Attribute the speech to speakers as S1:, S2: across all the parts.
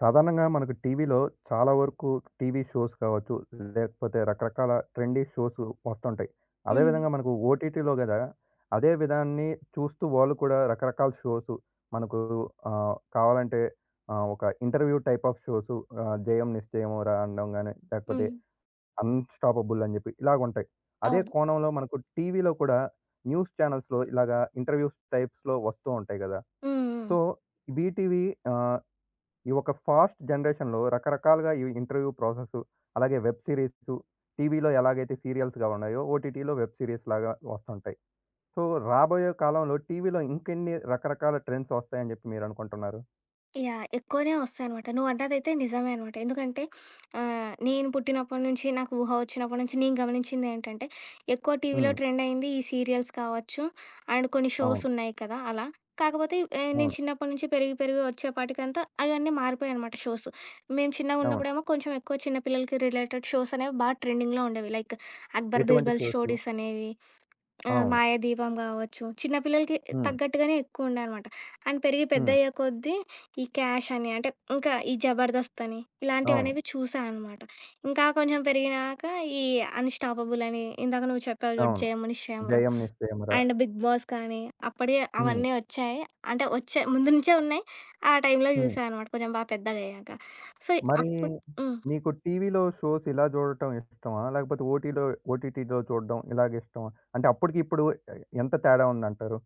S1: సాధారణంగా మనకు టీవీలో చాలా వరకు టీవీ షోస్ కావచ్చు, లేకపోతే రకరకాల ట్రెండీ షోస్ వస్తుంటాయి.
S2: హ్మ్.
S1: అదేవిధంగా మనకు ఓటీటీలో గదా! అదే విధాన్ని చూస్తూ వాళ్ళు కూడా రకరకాల షోసు మనకు కావాలంటే ఒక ఇంటర్వ్యూ టైప్ ఆఫ్ షోసు 'జయం నిశ్చయమురా' అనడం గాని, లేకపోతే
S2: హ్మ్.
S1: 'అన్‌స్టాపబుల్' అని జెప్పి ఇలాగుంటాయి. అదే
S2: అవును.
S1: కోణంలో మనకు టీవీలో కూడా న్యూస్ ఛానల్స్‌లో ఇలాగా ఇంటర్వ్యూస్ టైప్స్‌లో వస్తూ ఉంటాయి గదా!
S2: హ్మ్. హ్మ్.
S1: సో, ఈటీవీ ఆహ్, ఈ ఒక ఫాస్ట్ జనరేషన్‌లో రకరకాలుగా ఈ ఇంటర్వ్యూ ప్రాసెస్, అలాగే వెబ్ సీరీసు, టీవీలో ఎలాగైతే సీరియల్స్‌గా ఉన్నాయో, ఓటీటీలో వెబ్ సీరీస్‌లాగా వస్తుంటాయి. సో, రాబోయే కాలంలో టీవీలో ఇంకెన్ని రకరకాల ట్రెండ్స్ వస్తాయని చెప్పి మీరనుకుంటున్నారు?
S2: యాహ్! ఎక్కువనే వస్తాయనమాట. నువ్వన్నదైతే నిజమే అనమాట. ఎందుకంటే నేను పుట్టినప్పటి నుంచి, నాకు ఊహ వచ్చినప్పటి నుంచి నేను గమనించిందేంటంటే, ఎక్కువ టీవీలో
S1: హ్మ్.
S2: ట్రెండ్ అయింది ఈ సీరియల్స్ కావచ్చు, అండ్ కొన్ని షోస్
S1: అవును.
S2: ఉన్నాయి కదా! అలా. కాకపోతే నేను
S1: అవును.
S2: చిన్నప్పటి నుంచి పెరిగి పెరిగి వచ్చేపాటికంతా అయన్నీ మారిపోయాయనమాట షోస్. మేము
S1: అవును.
S2: చిన్నగున్నప్పుడేమో కొంచెం ఎక్కువ చిన్న పిల్లలకి రిలేటెడ్ షోస్ అనేవి బా ట్రెండింగ్‌లో ఉండేవి. లైక్ 'అక్బర్
S1: ఎటువంటి
S2: బీర్బల్'
S1: షోసు?
S2: స్టోరీస్ అనేవి, ఆ!
S1: అవును.
S2: 'మాయాదీపం' గావచ్చు. చిన్న పిల్లలకి
S1: హ్మ్.
S2: తగ్గట్టుగానే ఎక్కువుండేనమాట. అండ్ పెరిగి
S1: హ్మ్.
S2: పెద్దయ్యే కొద్దీ ఈ క్యాష్ అని, అంటే ఇంకా ఈ జబర్దస్త్ అని
S1: అవును.
S2: ఇలాంటివనేవి చూసా అనమాట. ఇంకా కొంచెం పెరిగినాక ఈ 'అన్‌స్టాపబుల్' అని ఇందాక నువ్వు చెప్పావు చూడు
S1: అవును.
S2: 'జయముని శ్యామరావ్'
S1: 'జయం నిశ్చయమురా'.
S2: అండ్ 'బిగ్ బాస్' కానీ అప్పుడే
S1: హ్మ్.
S2: అవన్నీ వచ్చాయి. అంటే వచ్చే ముందు నుంచే ఉన్నాయి. ఆ టైంలో
S1: హ్మ్.
S2: చూసా అనమాట కొంచెం బాగా పెద్దగయ్యాక. సో,
S1: మరి
S2: అప్పుడు హ్మ్.
S1: మీకు టీవీలో షోస్ ఇలా చూడటం ఇష్టమా? లేకపోతే ఓటీలో ఓటీటీలో చూడడం ఇలాగ ఇష్టమా? అంటే అప్పటికి ఇప్పుడు ఎ ఎంత తేడా ఉందంటారు?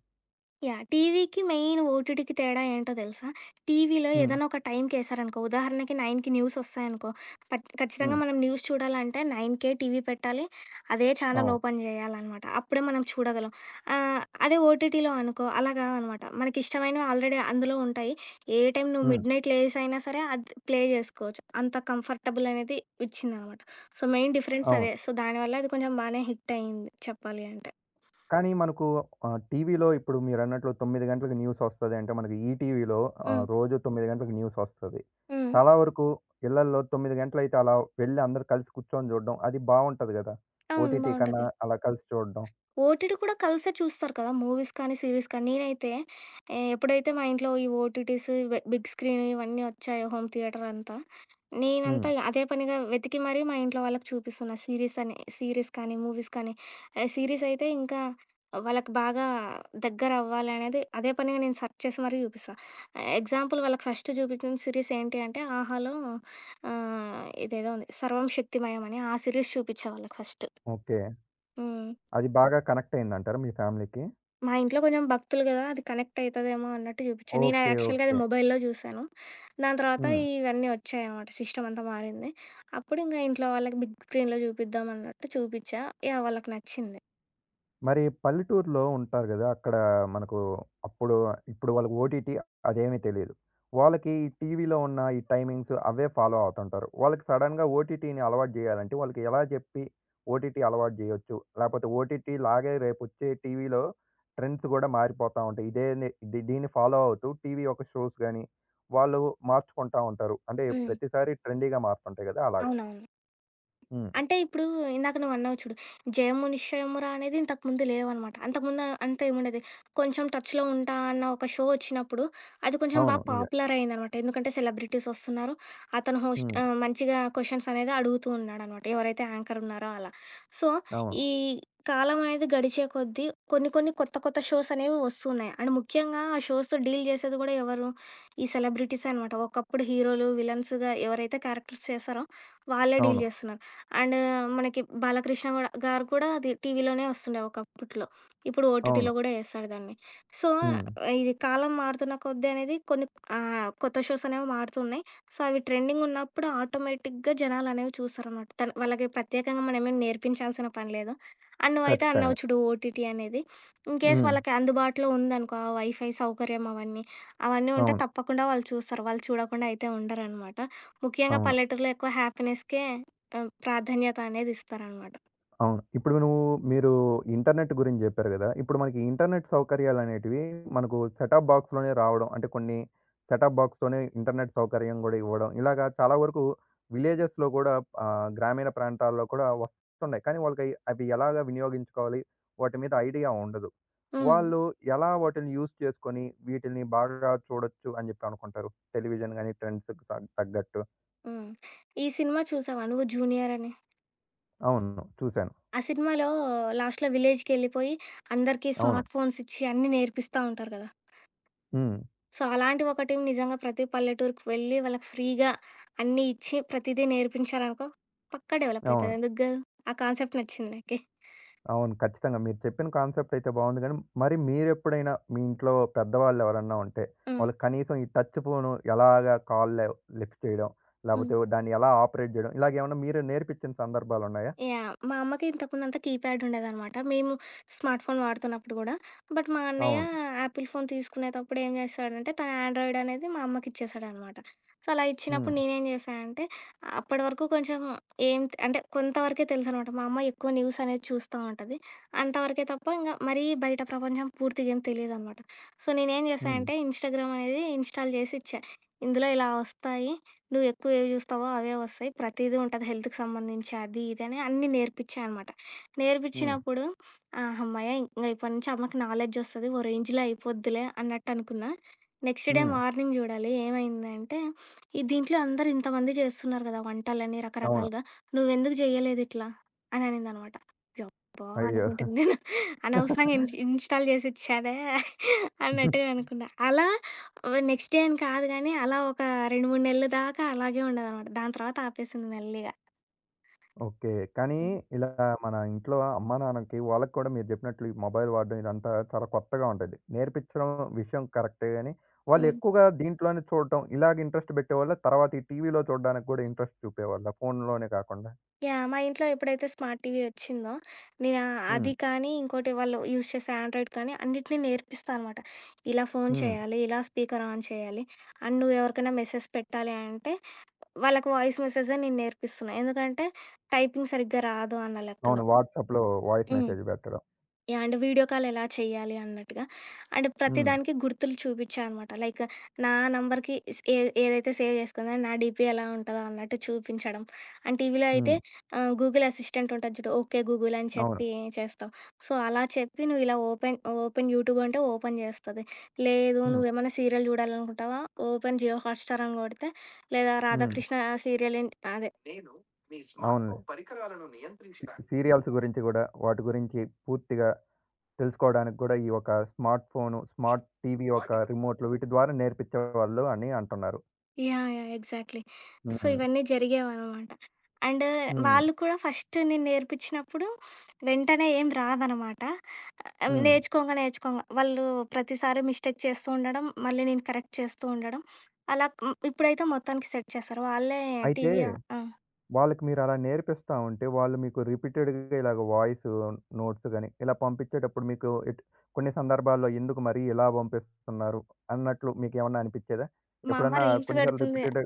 S2: యాహ్! టీవీకి మెయిన్ ఓటీటీకి తేడా ఏంటో తెలుసా? టీవీలో
S1: హ్మ్.
S2: ఏదైనా ఒక టైంకేశారనుకో ఉదాహరణకి 9:00కి న్యూసొస్తాయనుకో పట్ ఖచ్చితంగా
S1: హ్మ్.
S2: మనం న్యూస్ చూడాలంటే 9:00కే టీవీ పెట్టాలి. అదే ఛానల్
S1: అవును.
S2: ఓపెన్ చేయాలనమాట. అప్పుడే మనం చూడగలం. ఆహ్, అదే ఓటీటీలో అనుకో అలా కాదనమాట. మనకిష్టమైనవి ఆల్రెడీ అందులో ఉంటాయి. ఏ టైం నువ్వు
S1: హ్మ్.
S2: మిడ్‌నైట్ లేసయినా సరే అది ప్లే చేసుకోవచ్చు. అంత కంఫర్టబుల్ అనేది ఇచ్చిందనమాట. సో, మెయిన్ డిఫరెన్స్
S1: అవును.
S2: అదే. సో, దానివల్ల అది కొంచెం బానే హిట్ అయింది చెప్పాలి అంటే.
S1: కానీ మనకు టీవీలో ఇప్పుడు మీరన్నట్లు 9 గంటలకు న్యూసొస్తది అంటే మనకు ఈటీవీలో
S2: హ్మ్.
S1: రోజు 9 గంటలకు న్యూసొస్తది.
S2: హ్మ్.
S1: చాలా వరకు ఇళ్లల్లో 9 గంటలయితే అలా వెళ్లి అందరూ కలిసి కూర్చొని చూడడం అది బావుంటది గదా!
S2: అవును.
S1: ఓటీటీ కన్నా
S2: బావుంటది.
S1: అలా కలిసి చూడడం.
S2: ఓటీటీ కూడా కలిసే చూస్తారు కదా! మూవీస్ కానీ, సీరీస్ కానీ. నేనైతే ఎప్పుడైతే మా ఇంట్లో ఈ ఓటీటీస్, వె బిగ్ స్క్రీన్ ఇవన్నీ వచ్చాయో హోమ్ థియేటర్ అంతా,
S1: హ్మ్.
S2: నేనంతా అదే పనిగా వెతికి మరీ మా ఇంట్లో వాళ్ళకి చూపిస్తున్నా. సీరీస్ అని సీరీస్ కానీ, మూవీస్ కానీ. సీరీస్ అయితే ఇంకా వాళ్ళకి బాగా దగ్గరవ్వాలి అనేది అదే పనిగా నేను సెర్చ్ చేసి మరీ చూపిస్తా. ఎగ్జాంపుల్ వాళ్ళకి ఫస్ట్ చూపించిన సీరీస్ ఏంటి అంటే 'ఆహాలో' ఇదేదో ఉంది 'సర్వం శక్తిమయం' అని ఆ సీరీస్ చూపిచ్చా వాళ్ళకి ఫస్ట్.
S1: ఓకే.
S2: హ్మ్.
S1: అది బాగా కనెక్ట్ అయిందంటారా మీ ఫ్యామిలీకి?
S2: మా ఇంట్లో కొంచెం భక్తులు గదా! అది కనెక్ట్ అయితదేమో అన్నట్టు చూపిచ్చాను. నేను
S1: ఓకే.
S2: యాక్చువల్‌గా అది
S1: ఓకే.
S2: మొబైల్‌లో చూసాను. దాని తర్వాత
S1: హ్మ్.
S2: ఇవన్నీ వచ్చాయనమాట. సిస్టమ్ అంతా మారింది. అప్పుడు ఇంక ఇంట్లో వాళ్ళకి బిగ్ స్క్రీన్‌లో చూపిద్దాం అన్నట్టు చూపిచ్చా. యాహ్! వాళ్ళకి నచ్చింది.
S1: మరి పల్లెటూరులో ఉంటారు గదా! అక్కడ మనకు అప్పుడు ఇప్పుడు వాళ్ళకి ఓటీటీ అదేమీ తెలీదు. వాళ్ళకి ఈ టీవీలో ఉన్న ఈ టైమింగ్స్ అవే ఫాలో అవుతుంటారు. వాళ్ళకి సడెన్‌గా ఓటీటీని అలవాటు జేయాలంటే వాళ్ళకి ఎలా జెప్పి ఓటీటీ అలవాటు జేయొచ్చు? లేపోతే ఓటీటీ లాగే రేపొచ్చే టీవీలో ట్రెండ్స్ గూడా మారిపోతా ఉంటాయి. ఇదేని ది దీన్ని ఫాలో అవుతూ టీవీ యొక్క షోస్ గాని వాళ్ళు మార్చుకుంటా ఉంటారు. అంటే
S2: హ్మ్.
S1: ప్రతిసారి ట్రెండీగా మారుతుంటాయి గదా! అలాగా.
S2: అవునవును.
S1: హ్మ్.
S2: అంటే ఇప్పుడు ఇందాక నువ్వన్నావు చూడు. 'జయము నిశ్చయమురా' అనేది ఇంతకుముందు లేవనమాట. అంతకుముందు అంత ఏముండేది. కొంచెం టచ్‌లో ఉంటా అన్న ఒక షో వచ్చినప్పుడు, అది కొంచెం బా
S1: అవును. నిజం.
S2: పాపులర్ అయిందనమాట. ఎందుకంటే సెలబ్రిటీస్ వస్తున్నారు. అతను హోస్ట్
S1: హ్మ్.
S2: మంచిగా క్వెషన్స్ అనేది అడుగుతూ ఉన్నాడనమాట. ఎవరైతే యాంకర్ ఉన్నారో అలా. సో,
S1: అవును.
S2: ఈ కాలం అనేది గడిచే కొద్దీ కొన్ని కొన్ని కొత్త కొత్త షోస్ అనేవి వస్తూ ఉన్నాయి. అండ్ ముఖ్యంగా ఆ షోస్‌తో డీల్ చేసేది కూడా ఎవరు? ఈ సెలబ్రిటీసే అనమాట. ఒకప్పుడు హీరోలు, విలన్స్‌గా ఎవరైతే క్యారెక్టర్స్ చేశారో వాళ్ళే డీల్
S1: అవును.
S2: చేస్తున్నారు. అండ్ మనకి బాలకృష్ణ గూడా గారు కూడా అది టీవీలోనే వస్తుండే ఒకప్పట్లో. ఇప్పుడు
S1: అవును.
S2: ఓటీటీలో గూడా యేస్తాడు దాన్ని. సో,
S1: హ్మ్.
S2: ఇది కాలం మారుతున్న కొద్దీ అనేది కొన్ని కొత్త షోస్ అనేవి మారుతున్నాయి. సో, అవి ట్రెండింగ్ ఉన్నప్పుడు ఆటోమేటిక్‌గా జనాలనేవి చూస్తారనమాట. తన్ వాళ్ళకి ప్రత్యేకంగా మనమేం నేర్పించాల్సిన పని లేదు. అండ్ నువ్వైతే అన్నావు
S1: ఖచ్చితంగా.
S2: చూడు ఓటీటీ అనేది. ఇన్‌కేస్
S1: హ్మ్.
S2: వాళ్ళకి అందుబాటులో ఉందనుకో ఆ వైఫై సౌకర్యం అవన్నీ. అవన్నీ ఉంటే
S1: అవును.
S2: తప్పకుండా వాళ్ళు చూస్తారు. వాళ్ళు చూడకుండా అయితే ఉండరనమాట. ముఖ్యంగా
S1: అవును.
S2: పల్లెటూరులో ఎక్కువ హ్యాపీనెస్‌కే ఆ! ప్రాధాన్యత అనేది ఇస్తారనమాట.
S1: అవును. ఇప్పుడు మీరు ఇంటర్నెట్ గురించి జెప్పారు గదా! ఇప్పుడు మనకి ఇంటర్నెట్ సౌకర్యాలనేటివి మనకు సెటప్ బాక్స్‌లోనే రావడం. అంటే కొన్ని సెటప్ బాక్స్‌తోనే ఇంటర్నెట్ సౌకర్యం గూడా ఇవ్వడం. ఇలాగా చాలా వరకు విలేజెస్‌లో గూడా గ్రామీణ ప్రాంతాల్లో కూడా వస్తున్నాయి. కానీ వాళ్ళకయి అవి ఎలాగా వినియోగించుకోవాలి? వాటి మీద ఐడియా ఉండదు.
S2: హ్మ్.
S1: వాళ్ళు ఎలా వాటిని యూజ్ చేసుకొని వీటిని బాగా చూడొచ్చు అని జెప్పి అనుకుంటారు? టెలివిజన్ గాని ట్రెండ్స్‌కి తగ్గట్టు.
S2: హ్మ్. ఈ సినిమా చూసావా నువ్వు 'జూనియర్' అని?
S1: అవును. చూసాను.
S2: ఆ సినిమాలో లాస్ట్‌లో విలేజ్‌కెళ్ళిపోయి అందరికీ
S1: అవును.
S2: స్మార్ట్ ఫోన్స్ ఇచ్చి అన్నీ నేర్పిస్తా ఉంటారు కదా!
S1: హ్మ్.
S2: సో, అలాంటి ఒక టీమ్ నిజంగా ప్రతి పల్లెటూరుకి వెళ్ళి వాళ్ళకి ఫ్రీగా అన్నీ ఇచ్చి ప్రతిదీ నేర్పించారనుకో పక్కా డెవలప్ అయితది.
S1: అవును.
S2: ఎందుకు కాదు? ఆ కాన్సెప్ట్ నచ్చింది నాకి.
S1: అవును. ఖచ్చితంగా మీరు చెప్పిన కాన్సెప్ట్ అయితే బావుంది గానీ, మరి మీరెప్పుడైనా మీ ఇంట్లో పెద్దవాళ్ళెవరన్నా ఉంటే,
S2: హ్మ్.
S1: వాళ్ళకి కనీసం ఈ టచ్ ఫోను ఎలాగా కాల్‌లో లిఫ్ట్ చేయడం,
S2: హ్మ్.
S1: లేపోతే దాన్ని ఎలా ఆపరేట్ జేయడం, ఇలాగేమన్నా మీరు నేర్పిచ్చిన సందర్భాలున్నాయా?
S2: యాహ్! మా అమ్మకి ఇంతకుముందంతా కీప్యాడ్ ఉండేదనమాట. మేము స్మార్ట్ ఫోన్ వాడుతున్నప్పుడు గూడా. బట్ మా అన్నయ్య
S1: అవును.
S2: యాపిల్ ఫోన్ తీసుకునేటప్పుడు ఏం చేశాడంటే, తన ఆండ్రాయిడ్ అనేది మా అమ్మకి ఇచ్చేసాడనమాట. సో, అలా
S1: హ్మ్.
S2: ఇచ్చినప్పుడు నేనేం చేశా అంటే, అప్పటి వరకు కొంచెం అంటే కొంతవరకే తెలుసనమాట. మా అమ్మ ఎక్కువ న్యూస్ అనేది చూస్తా ఉంటది. అంతవరకే తప్ప ఇంగ మరీ బయట ప్రపంచం పూర్తిగా ఏం తెలీదనమాట. సో, నేనేం చేశా
S1: హ్మ్.
S2: అంటే, ఇన్‌స్టాగ్రామ్ అనేది ఇన్‌స్టాల్ చేసి ఇచ్చా. ఇందులో ఇలా వస్తాయి. నువ్వు ఎక్కువ ఏవి జూస్తావో అవే వస్తాయి. ప్రతీదీ ఉంటది హెల్త్‌కి సంబంధించి అది, ఇది అని అన్నీ నేర్పించా అనమాట.
S1: హ్మ్.
S2: నేర్పించినప్పుడు హమ్మయ్య! ఇంగ ఇప్పటి నుంచి అమ్మకి నాలెడ్జ్ ఒస్తది. ఓ రేంజ్‌లో అయిపోద్దిలే అన్నట్టనుకున్నా. నెక్స్ట్ డే
S1: హ్మ్.
S2: మార్నింగ్ జూడాలి ఏమైందంటే, ఈ దీంట్లో అందరూ ఇంతమంది చేస్తున్నారు గదా! వంటలని
S1: అవును.
S2: రకరకాలుగా. నువ్వెందుకు జెయ్యలేదిట్లా అని అనిందనమాట. యబ్బా!
S1: అయ్యో!
S2: అనుకుంటే నేను అనవసరంగా ఇన్‌స్టాల్ జేసిచ్చానే అన్నట్టుగా అనుకున్నా. అలా ఓహ్! నెక్స్ట్ డే అని కాదు గానీ, అలా ఒక 2, 3 నెలల దాకా అలాగే ఉండేదనమాట. దాని తర్వాత ఆపేసింది మెల్లిగా.
S1: ఓకే. కానీ
S2: హ్మ్.
S1: ఇలా మన ఇంట్లో అమ్మానాన్నకి వాళ్ళకి కూడా మీరు జెప్పినట్లు ఈ మొబైల్ వాడడం ఇదంతా చాలా కొత్తగా ఉంటది. నేర్పించడం విషయం కరెక్టే గాని, వాళ్ళు
S2: హ్మ్.
S1: ఎక్కువగా దీంట్లోనే చూడటం ఇలాగ ఇంట్రెస్ట్ బెట్టేవాళ్ళా? తర్వాత ఈ టీవీలో చూడడానికి గూడా ఇంట్రెస్ట్ చూపేవాళ్ళా? ఫోనులోనే కాకుండా?
S2: యాహ్! మా ఇంట్లో ఎప్పుడైతే స్మార్ట్ టీవీ వచ్చిందో, నేను అది
S1: హ్మ్.
S2: కానీ, ఇంకోటి వాళ్ళు యూజ్ చేసే ఆండ్రాయిడ్ కానీ అన్నిటిని నేర్పిస్తా అనమాట. ఇలా ఫోన్
S1: హ్మ్.
S2: చేయాలి, ఇలా స్పీకర్ ఆన్ చేయాలి, అండ్ నువ్వు ఎవరికైనా మెసేజ్ పెట్టాలి అంటే, వాళ్ళకి వాయిస్ మెసేజే నేను నేర్పిస్తున్నా. ఎందుకంటే, టైపింగ్ సరిగ్గా రాదు అన్న
S1: అవును.
S2: లెక్కలో.
S1: వాట్సాప్‌లో వాయిస్
S2: హ్మ్.
S1: మెసేజ్ బెట్టడం.
S2: యాహ్! అంటే వీడియో కాల్ ఎలా చేయాలి అన్నట్టుగా. అండ్
S1: హ్మ్.
S2: ప్రతిదానికి గుర్తులు చూపిచ్చా అనమాట. లైక్ నా నంబర్‌కి స్ ఏ ఏదైతే సేవ్ చేసుకుందో నా డీపీ ఎలా ఉంటదో అన్నట్టు చూపించడం. అండ్ టీవీలో అయితే
S1: హ్మ్.
S2: గూగుల్ అసిస్టెంట్ ఉంటది చూడు. ఓకే గూగుల్ అని
S1: అవును.
S2: చెప్పి చేస్తాం. సో, అలా చెప్పి నువ్వు ఇలా ఓపెన్ ఓపెన్ యూట్యూబ్ అంటే ఓపెన్ చేస్తది. లేదు
S1: హ్మ్.
S2: నువ్వేమన్నా సీరియల్ చూడాలనుకుంటావా ఓపెన్ జియో హాట్‌స్టార్ అని కొడితే లేదా
S1: హ్మ్.
S2: రాధాకృష్ణ సీరియల్ ఏంటి అదే
S1: అవునులే. సీరియల్స్ గురించి గూడా వాటి గురించి పూర్తిగా తెలుసుకోడానికి గూడా ఈ ఒక స్మార్ట్ ఫోను, స్మార్ట్ టీవీ యొక్క రిమోట్‌లు వీటి ద్వారా నేర్పించేవాళ్ళు అని అంటున్నారు.
S2: యాహ్! యాహ్! ఎగ్జాక్ట్‌లీ. సో,
S1: హ్మ్.
S2: ఇవన్నీ జరిగేవనమాట. అండ్
S1: హ్మ్.
S2: వాళ్ళు కూడా ఫస్ట్ నేను నేర్పించినప్పుడు వెంటనే ఏం రాదనమాట.
S1: హ్మ్.
S2: నేర్చుకోంగా, నేర్చుకోంగా వాళ్ళు ప్రతిసారి మిస్టేక్ చేస్తూ ఉండడం, మళ్ళీ నేను కరెక్ట్ చేస్తూ ఉండడం. అలా ఇప్పుడైతే మొత్తానికి సెట్ చేశారు. వాళ్ళే
S1: అయితే
S2: టీవీ ఆ!
S1: వాళ్ళకి మీరలా నేర్పిస్తా ఉంటే వాళ్ళు మీకు రిపీటెడ్‌గా ఇలాగ వాయిస్ నోట్స్ గాని, ఇలా పంపించేటప్పుడు మీకు కొన్ని సందర్భాల్లో ఎందుకు మరి ఇలా పంపిస్తున్నారు అన్నట్లు మీకేమన్నా అనిపించేదా?
S2: మా అమ్మ
S1: ఎప్పుడన్నా
S2: రీల్స్
S1: కొన్ని సార్లు
S2: పెడుతుంది.
S1: రిపీటెడ్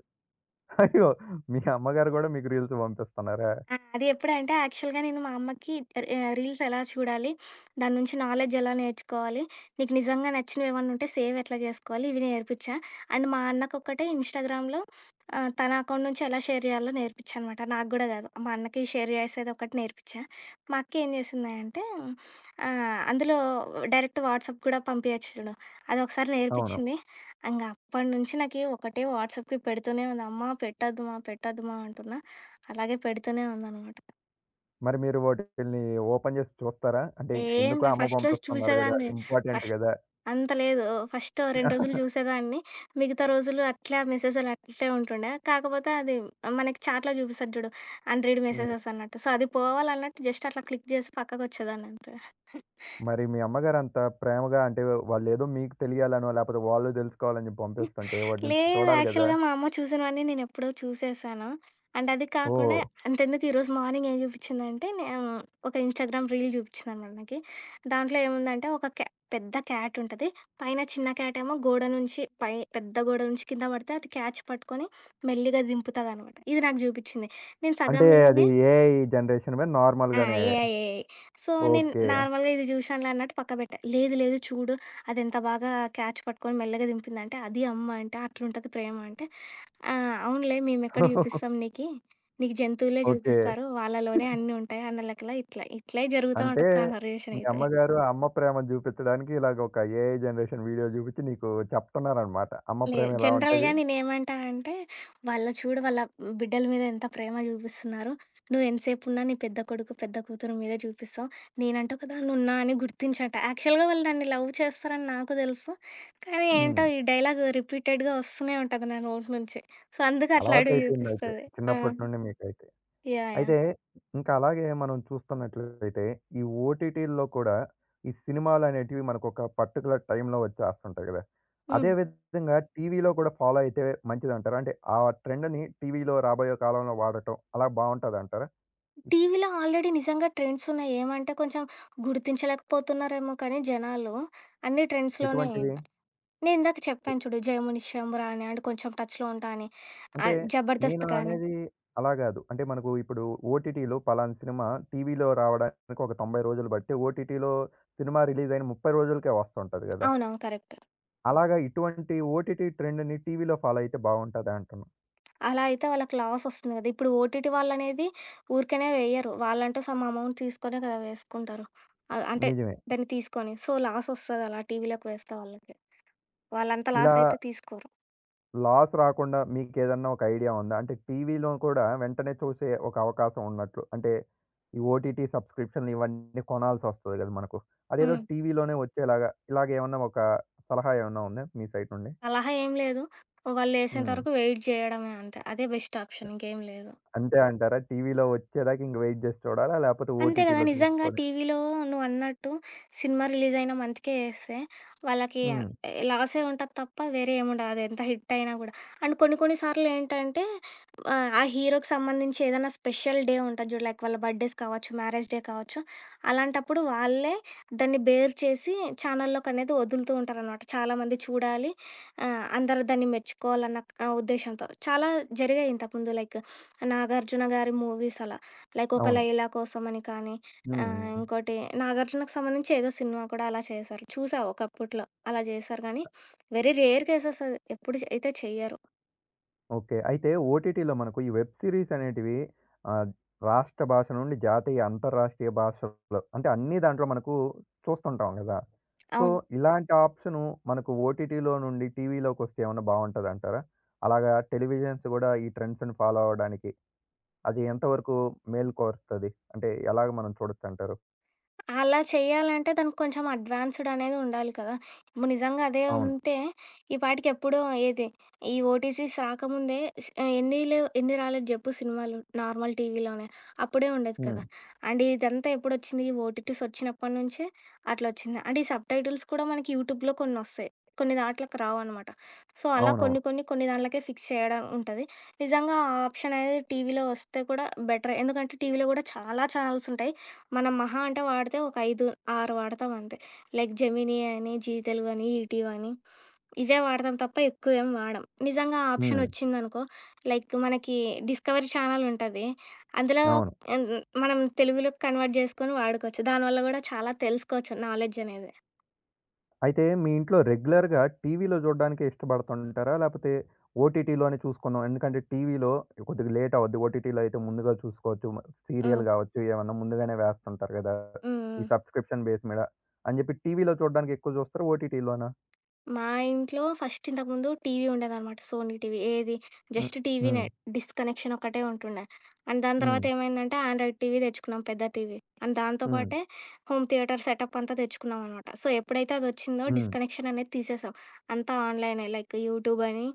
S1: అయ్యో! మీ అమ్మగారు గూడా మీకు రీల్స్ పంపిస్తున్నారా?
S2: ఆ! అది ఎప్పుడంటే యాక్చువల్‌గా నేను మా అమ్మకి రీల్స్ ఎలా చూడాలి? దాని నుంచి నాలెడ్జ్ ఎలా నేర్చుకోవాలి? నీకు నిజంగా నచ్చినవేమన్నా ఉంటే సేవ్ ఎట్లా చేసుకోవాలి? ఇవి నేర్పించా. అండ్ మా అన్నకొక్కటే ఇన్‌స్టాగ్రామ్‌లో తన అకౌంట్ నుంచి ఎలా షేర్ చేయాలో నేర్పించా అనమాట. నాకు గూడా కాదు. మా అన్నకి షేర్ చేసేది ఒకటి నేర్పించా. మా అక్క ఏం చేసింది అంటే అందులో డైరెక్ట్ వాట్సాప్ కూడా పంపియచ్చు చూడు. అదొకసారి
S1: అవును.
S2: నేర్పించింది. ఇంగ అప్పటినుంచి నాకి ఒకటే వాట్సాప్‌కి పెడుతూనే ఉంది. అమ్మా పెట్టొద్దుమా, పెట్టొద్దుమా అంటున్నా. అలాగే పెడుతూనే ఉందనమాట.
S1: మరి మీరు వాటిల్ని ఓపెన్ చేసి చూస్తారా? అంటే
S2: ఏం
S1: ఎందుకో
S2: లే
S1: అమ్మ
S2: ఫస్ట్ రోజు
S1: పంపిస్తున్నారు గదా!
S2: చూసేదాన్ని.
S1: ఇంపార్టెంట్
S2: ఫస్ట్
S1: గదా!
S2: అంత లేదు. ఫస్ట్ 2 రోజులు చూసేదాన్ని. మిగతా రోజులు అట్లే ఆ మెసేజులు అట్లే ఉంటుండే. కాకపోతే అది మనకి చాట్‌లో చూపిస్తది చూడు. అన్‌రీడ్
S1: హ్మ్.
S2: మెసేజెస్ అన్నట్టు. సో, అది పోవాలన్నట్టు జస్ట్ అట్లా క్లిక్ చేసి పక్కకొచ్చేదాన్నంతే.
S1: మరి మీ అమ్మగారు అంత ప్రేమగా అంటే వాళ్ళేదో మీకు తెలియాలనో, లేపోతే వాళ్ళు తెలుసుకోవాలని చెప్పి పంపిస్తుంటే వాటిని
S2: లేదు.
S1: చూడాలి గదా!
S2: యాక్చువల్‌గా మా అమ్మ చూసినవన్నీ నేనెప్పుడో చూసేసాను. అండ్ అది కాకుండా
S1: ఓహ్!
S2: అంతెందుకు ఈరోజు మార్నింగ్ ఏం చూపిచ్చిందంటే, నేను ఒక ఇన్‌స్టాగ్రామ్ రీల్ చూపిచ్చిందనమాట నాకి. దాంట్లో ఏముందంటే, ఒక క్యా పెద్ద క్యాట్ ఉంటది. పైన చిన్న క్యాటేమో గోడ నుంచి పై పెద్ద గోడ నుంచి కింద పడితే అది క్యాచ్ పట్టుకొని మెల్లిగా దింపుతదనమాట. ఇది నాకు చూపిచ్చింది. నేను
S1: అంటే అది
S2: సగంలోనే
S1: ఏఐ జనరేషన్‌వే
S2: ఆ!
S1: నార్మల్‌గానే.
S2: ఏఐ. సో, నేను
S1: ఓకే.
S2: నార్మల్‌గా ఇది జూషినాలే అన్నట్టు పక్క బెట్టా. లేదు, లేదు చూడు అదెంత బాగా క్యాచ్ పట్టుకొని మెల్లగా దింపిందంటే, అది అమ్మ అంటే, అట్లుంటది ప్రేమ అంటే, ఆ! అవునులే మేమెక్కడ జూపిస్తాం నీకి, నీకు జంతువులే
S1: ఓకే.
S2: జూపిస్తారు వాళ్ళలోనే అన్నీ ఉంటాయి అన్న లెక్కలో ఇట్లా, ఇట్లే జరుగుతా
S1: అంటే
S2: ఉంటది కన్వర్జేషన్
S1: మీ
S2: అయితే.
S1: అమ్మగారు ఆ అమ్మ ప్రేమ జూపిచ్చడానికి ఇలాగ ఒక ఏఐ జనరేషన్ వీడియో జూపిచ్చి నీకు చెప్తున్నారనమాట. అమ్మ
S2: లేదు.
S1: ప్రేమ ఎలా
S2: జనరల్‌గా
S1: ఉంటది?
S2: నేనేమంటా అంటే, "వాళ్ళ చూడు వాళ్ళ బిడ్డల మీద ఎంత ప్రేమ చూపిస్తున్నారు. నువ్వు ఎంతసేపున్నా నీ పెద్ద కొడుకు, పెద్ద కూతురు మీదే చూపిస్తావు. నేనంటూ ఒకదాన్నున్నా అని గుర్తించంట." యాక్చువల్‌గా వాళ్ళు నన్ను లవ్ చేస్తారని నాకు తెలుసు. కానీ ఏంటో
S1: హ్మ్.
S2: ఈ డైలాగ్ రిపీటెడ్‌గా వస్తూనే ఉంటది నా నోటి నుంచి. సో, అందుకు అట్లాడివి
S1: అలవాటయిపోయిందయితే
S2: చూపిస్తది. ఆ!
S1: చిన్నప్పటి నుండి మీకైతే.
S2: యాహ్! యాహ్!
S1: అయితే ఇంకా అలాగే మనం చూస్తున్నట్లయితే ఈ ఓటీటీల్లో కూడా ఈ సినిమాలనేటివి మనకొక పర్టిక్యులర్ టైంలో వచ్చేస్తుంటాయి గదా! అదే
S2: హ్మ్.
S1: విధంగా టీవీలో కూడా ఫాలో అయితే మంచిదంటారా? అంటే ఆ ట్రెండ్‌ని టీవీలో రాబోయే కాలంలో వాడటం అలా బావుంటదంటారా?
S2: టీవీలో ఆల్రెడీ నిజంగా ట్రెండ్స్ ఉన్నాయి. ఏమంటే కొంచెం గుర్తించలేకపోతున్నారేమో కానీ జనాలు, అన్ని ట్రెండ్స్‌లోనే
S1: ఎటువంటివి?
S2: నేనిందాక చెప్పాను చూడు 'జయముని శంబుర' అని అంటే కొంచెం టచ్‌లో ఉంటా అని.
S1: అంటే నేను
S2: 'జబర్దస్త్' కానీ
S1: అనేది అలా గాదు. అంటే మనకు ఇప్పుడు ఓటీటీలో పలానా సినిమా టీవీలో రావడానికి ఒక 90 రోజులు బట్టి ఓటీటీలో సినిమా రిలీజ్ అయిన 30 రోజులకే వస్తుంటది గదా!
S2: అవునవును. కరెక్ట్.
S1: అలాగా ఇటువంటి ఓటీటీ ట్రెండ్‌ని టీవీలో ఫాలో అయితే బావుంటదా అంటున్నా.
S2: అలా అయితే వాళ్ళకి లాస్ వస్తుంది కదా! ఇప్పుడు ఓటీటీ వాళ్ళనేది ఊరికనే వేయరు. వాళ్ళంటూ సమ్ అమౌంట్ తీసుకొనే కదా వేసుకుంటారు. అంటే
S1: నిజమే.
S2: దాన్ని తీసుకొని. సో, లాస్ వస్తది అలా టీవీలోకి వేస్తే వాళ్ళకి. వాళ్ళంత లాస్
S1: ఇలా
S2: అయితే తీసుకోరు.
S1: లాస్ రాకుండా మీకేదన్నా ఒక ఐడియా ఉందా? అంటే టీవీలో కూడా వెంటనే చూసే ఒక అవకాశం ఉన్నట్లు. అంటే ఈ ఓటీటీ సబ్స్క్రిప్షన్‌లు ఇవన్నీ కొనాల్సొస్తది గదా! మనకు. అదేదో
S2: హ్మ్.
S1: టీవీలోనే వచ్చేలాగా ఇలాగేమన్నా ఒక సలహా ఏమన్నా ఉందా మీ సైడ్ నుండి?
S2: సలహా ఏం లేదు. వాళ్ళేసేంత
S1: హ్మ్.
S2: వరకు వెయిట్ చేయడమే అంతే. అదే బెస్ట్ ఆప్షన్ ఇంకేం లేదు.
S1: అంతే అంటారా? టీవీలో వచ్చేదాకా ఇంక వెయిట్ జేసి చూడాలా? లేపోతే
S2: అంతే గదా!
S1: ఓటీటీలో
S2: నిజంగా
S1: చూసుకొని
S2: టీవీలో నువ్వన్నట్టు సినిమా రిలీజ్ అయిన మంత్‌కే యేస్తే వాళ్ళకి
S1: హ్మ్.
S2: లాసే ఉంటది తప్ప వేరే ఏముండదు. అదెంత హిట్ అయినా గూడా. అండ్ కొన్ని కొన్ని సార్లు ఏంటంటే ఆ హీరోకి సంబంధించి ఏదైనా స్పెషల్ డే ఉంటది జూడు. లైక్ వాళ్ళ బర్త్‌డేస్ కావచ్చు, మ్యారేజ్ డే కావచ్చు. అలాంటప్పుడు వాళ్ళే దాన్ని బేర్ చేసి ఛానల్‌లోకనేది వదులుతూ ఉంటారనమాట. చాలామంది చూడాలి. అందరూ దాన్ని మెచ్చుకోవాలన్న ఉద్దేశ్యంతో. చాలా జరిగాయి ఇంతకుముందు లైక్ 'నాగార్జున' గారి మూవీస్ అలా. లైక్ ఒక
S1: అవును.
S2: 'లైలా' కోసమని కానీ,
S1: హ్మ్.
S2: ఇంకోటి 'నాగార్జున'కి సంబంధించి ఏదో సినిమా కూడా అలా చేశారు. చూసా ఒకప్పట్లో అలా చేశారు గానీ, వెరీ రేర్ కేసెస్ అది. ఎప్పుడు చే అయితే చెయ్యరు.
S1: ఓకే. అయితే ఓటీటీలో మనకు ఈ వెబ్ సీరీస్ అనేటివి ఆహ్, రాష్ట్ర భాష నుండి జాతీయ, అంతర్రాష్ట్రీయ భాషల్లో అంటే అన్ని దాంట్లో మనకు చూస్తుంటాం గదా! సో,
S2: అవును.
S1: అవును. ఇలాంటి ఆప్షను మనకు ఓటీటీలో నుండి టీవీలోకొస్తే ఏమన్నా బావుంటదంటారా? అలాగా టెలివిజన్స్ గూడా ఈ ట్రెండ్స్‌ని ఫాలో అవ్వడానికి అది ఎంతవరకు మేలు కోరుతది? అంటే ఎలాగ మనం చూడొచ్చంటారు?
S2: అలా చేయాలంటే దానికి కొంచెం అడ్వాన్స్‌డ్ అనేది ఉండాలి కదా! ఇప్పుడు నిజంగా అదే
S1: అవును.
S2: ఉంటే, ఈ పాటికి ఎప్పుడో ఏది ఈ ఓటీటీస్ రాకముందే స్ ఎన్ని లేవు ఎన్ని రాలేదు జెప్పు సినిమాలు నార్మల్ టీవీలోనే. అప్పుడే ఉండేది
S1: హ్మ్.
S2: కదా! అండ్ ఇదంతా ఎప్పుడొచ్చింది ఈ ఓటీటీస్ వచ్చినప్పటి నుంచే అట్లొచ్చింది. అండ్ ఈ సబ్‌టైటిల్స్ కూడా మనకి యూట్యూబ్‌లో కొన్నొస్తాయి. కొన్ని దాంట్లోకి రావనమాట. సో, అలా కొన్ని
S1: అవునవును.
S2: కొన్ని కొన్ని దాంట్లకే ఫిక్స్ చేయడం ఉంటది. నిజంగా ఆ ఆప్షన్ అనేది టీవీలో వస్తే కూడా బెటరే. ఎందుకంటే టీవీలో కూడా చాలా ఛానల్స్ ఉంటాయి. మనం మహా అంటే వాడితే ఒక 5, 6 వాడతాం అంతే. లైక్ జెమినీ అని, జీ తెలుగు అని, ఈటీవి అని ఇవే వాడతాం తప్ప ఎక్కువేం వాడం. నిజంగా ఆ ఆప్షన్
S1: హ్మ్.
S2: వచ్చిందనుకో లైక్ మనకి డిస్కవరీ ఛానెల్ ఉంటది. అందులో
S1: అవును.
S2: ఆహ్, మనం తెలుగులోకి కన్వర్ట్ జేసుకొని వాడుకోవచ్చు. దానివల్ల గూడా చాలా తెలుసుకోవచ్చు నాలెడ్జ్ అనేది.
S1: అయితే మీ ఇంట్లో రెగ్యులర్‌గా టీవీలో చూడడానికే ఇష్టపడుతుంటారా? లేపోతే ఓటీటీలోనే చూసుకుందాం. ఎందుకంటే టీవీలో కొద్దిగా లేట్ అవ్వద్ది. ఓటీటీలో అయితే ముందుగా చూసుకోవచ్చు.
S2: హ్మ్.
S1: సీరియల్ గావచ్చు, ఏమన్నా ముందుగానే వేస్తుంటారు గదా!
S2: హ్మ్.
S1: ఈ
S2: హ్మ్.
S1: సబ్స్క్రిప్షన్ బేస్ మీద. అని చెప్పి టీవీలో చూడడానికి ఎక్కువ చూస్తారా? ఓటీటీలోనా?
S2: మా ఇంట్లో ఫస్ట్ ఇంతకుముందు టీవీ ఉండేదనమాట. Sony TV. ఏది
S1: హ్మ్.
S2: జస్ట్ టీవీనే.
S1: హ్మ్.
S2: డిష్ కనెక్షన్ ఒక్కటే ఉంటుండే. అండ్ దాని తర్వాత
S1: హ్మ్.
S2: ఏమైందంటే ఆండ్రాయిడ్ టీవీ తెచ్చుకున్నాం పెద్ద టీవీ. అండ్ దాంతో
S1: హ్మ్.
S2: పాటే హోమ్ థియేటర్ సెటప్ అంతా తెచ్చుకున్నాం అనమాట. సో, ఎప్పుడైతే అదొచ్చిందో డిష్
S1: హ్మ్.
S2: కనెక్షన్ అనేది తీసేసాం. అంతా ఆన్‌లైనే లైక్ యూట్యూబ్ అని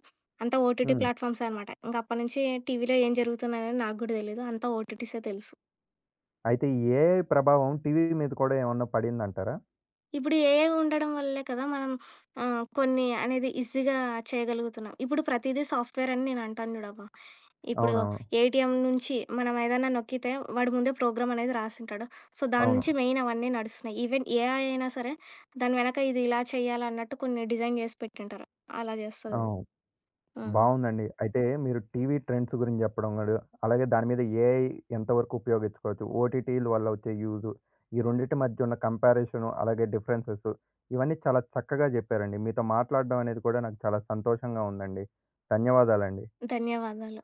S2: అంతా ఓటీటీ
S1: హ్మ్.
S2: ప్లాట్‌ఫామ్సే అనమాట. ఇంక అప్పటి నుంచి టీవీలో ఏం జరుగుతున్నదని నాకు గూడా తెలీదు. అంతా ఓటీటీసే తెలుసు.
S1: అయితే ఈ ఏఐ ప్రభావం టీవీ మీద కూడా ఏమన్నా పడిందంటారా?
S2: ఇప్పుడు ఏఐ ఉండడం వల్లే కదా మనం కొన్ని అనేది ఈజీగా చేయగలుగుతున్నాం. ఇప్పుడు ప్రతీదీ సాఫ్ట్‌వేర్ అని నేను అంటాను చూడబ్బా! ఇప్పుడు
S1: అవునవును.
S2: ఏటీఎం నుంచి మనం ఏదైనా నొక్కితే వాడు ముందే ప్రోగ్రామ్ అనేది రాసుంటాడు. సో, దాని
S1: అవును.
S2: నుంచి మెయిన్ అవన్నీ నడుస్తున్నాయి. ఈవెన్ ఏఐ అయినా సరే దాని వెనక ఇది ఇలా చేయాలన్నట్టు కొన్ని డిజైన్ చేసి పెట్టుంటారు. అలా చేస్తదది.
S1: అవును.
S2: హ్మ్.
S1: బావుందండి. అయితే మీరు టీవీ ట్రెండ్స్ గురించి చెప్పడం గూడా, అలాగే దాని మీద ఏఐ ఎంతవరకు ఉపయోగించుకోవచ్చు? ఓటీటీల వల్ల వచ్చే యూజు, ఈ రెండిటి మధ్య ఉన్న కంపారిజను, అలాగే డిఫరెన్సెస్ ఇవన్నీ చాలా చక్కగా చెప్పారండి. మీతో మాట్లాడడం అనేది కూడా నాకు చాలా సంతోషంగా ఉందండి. ధన్యవాదాలండి.
S2: ధన్యవాదాలు.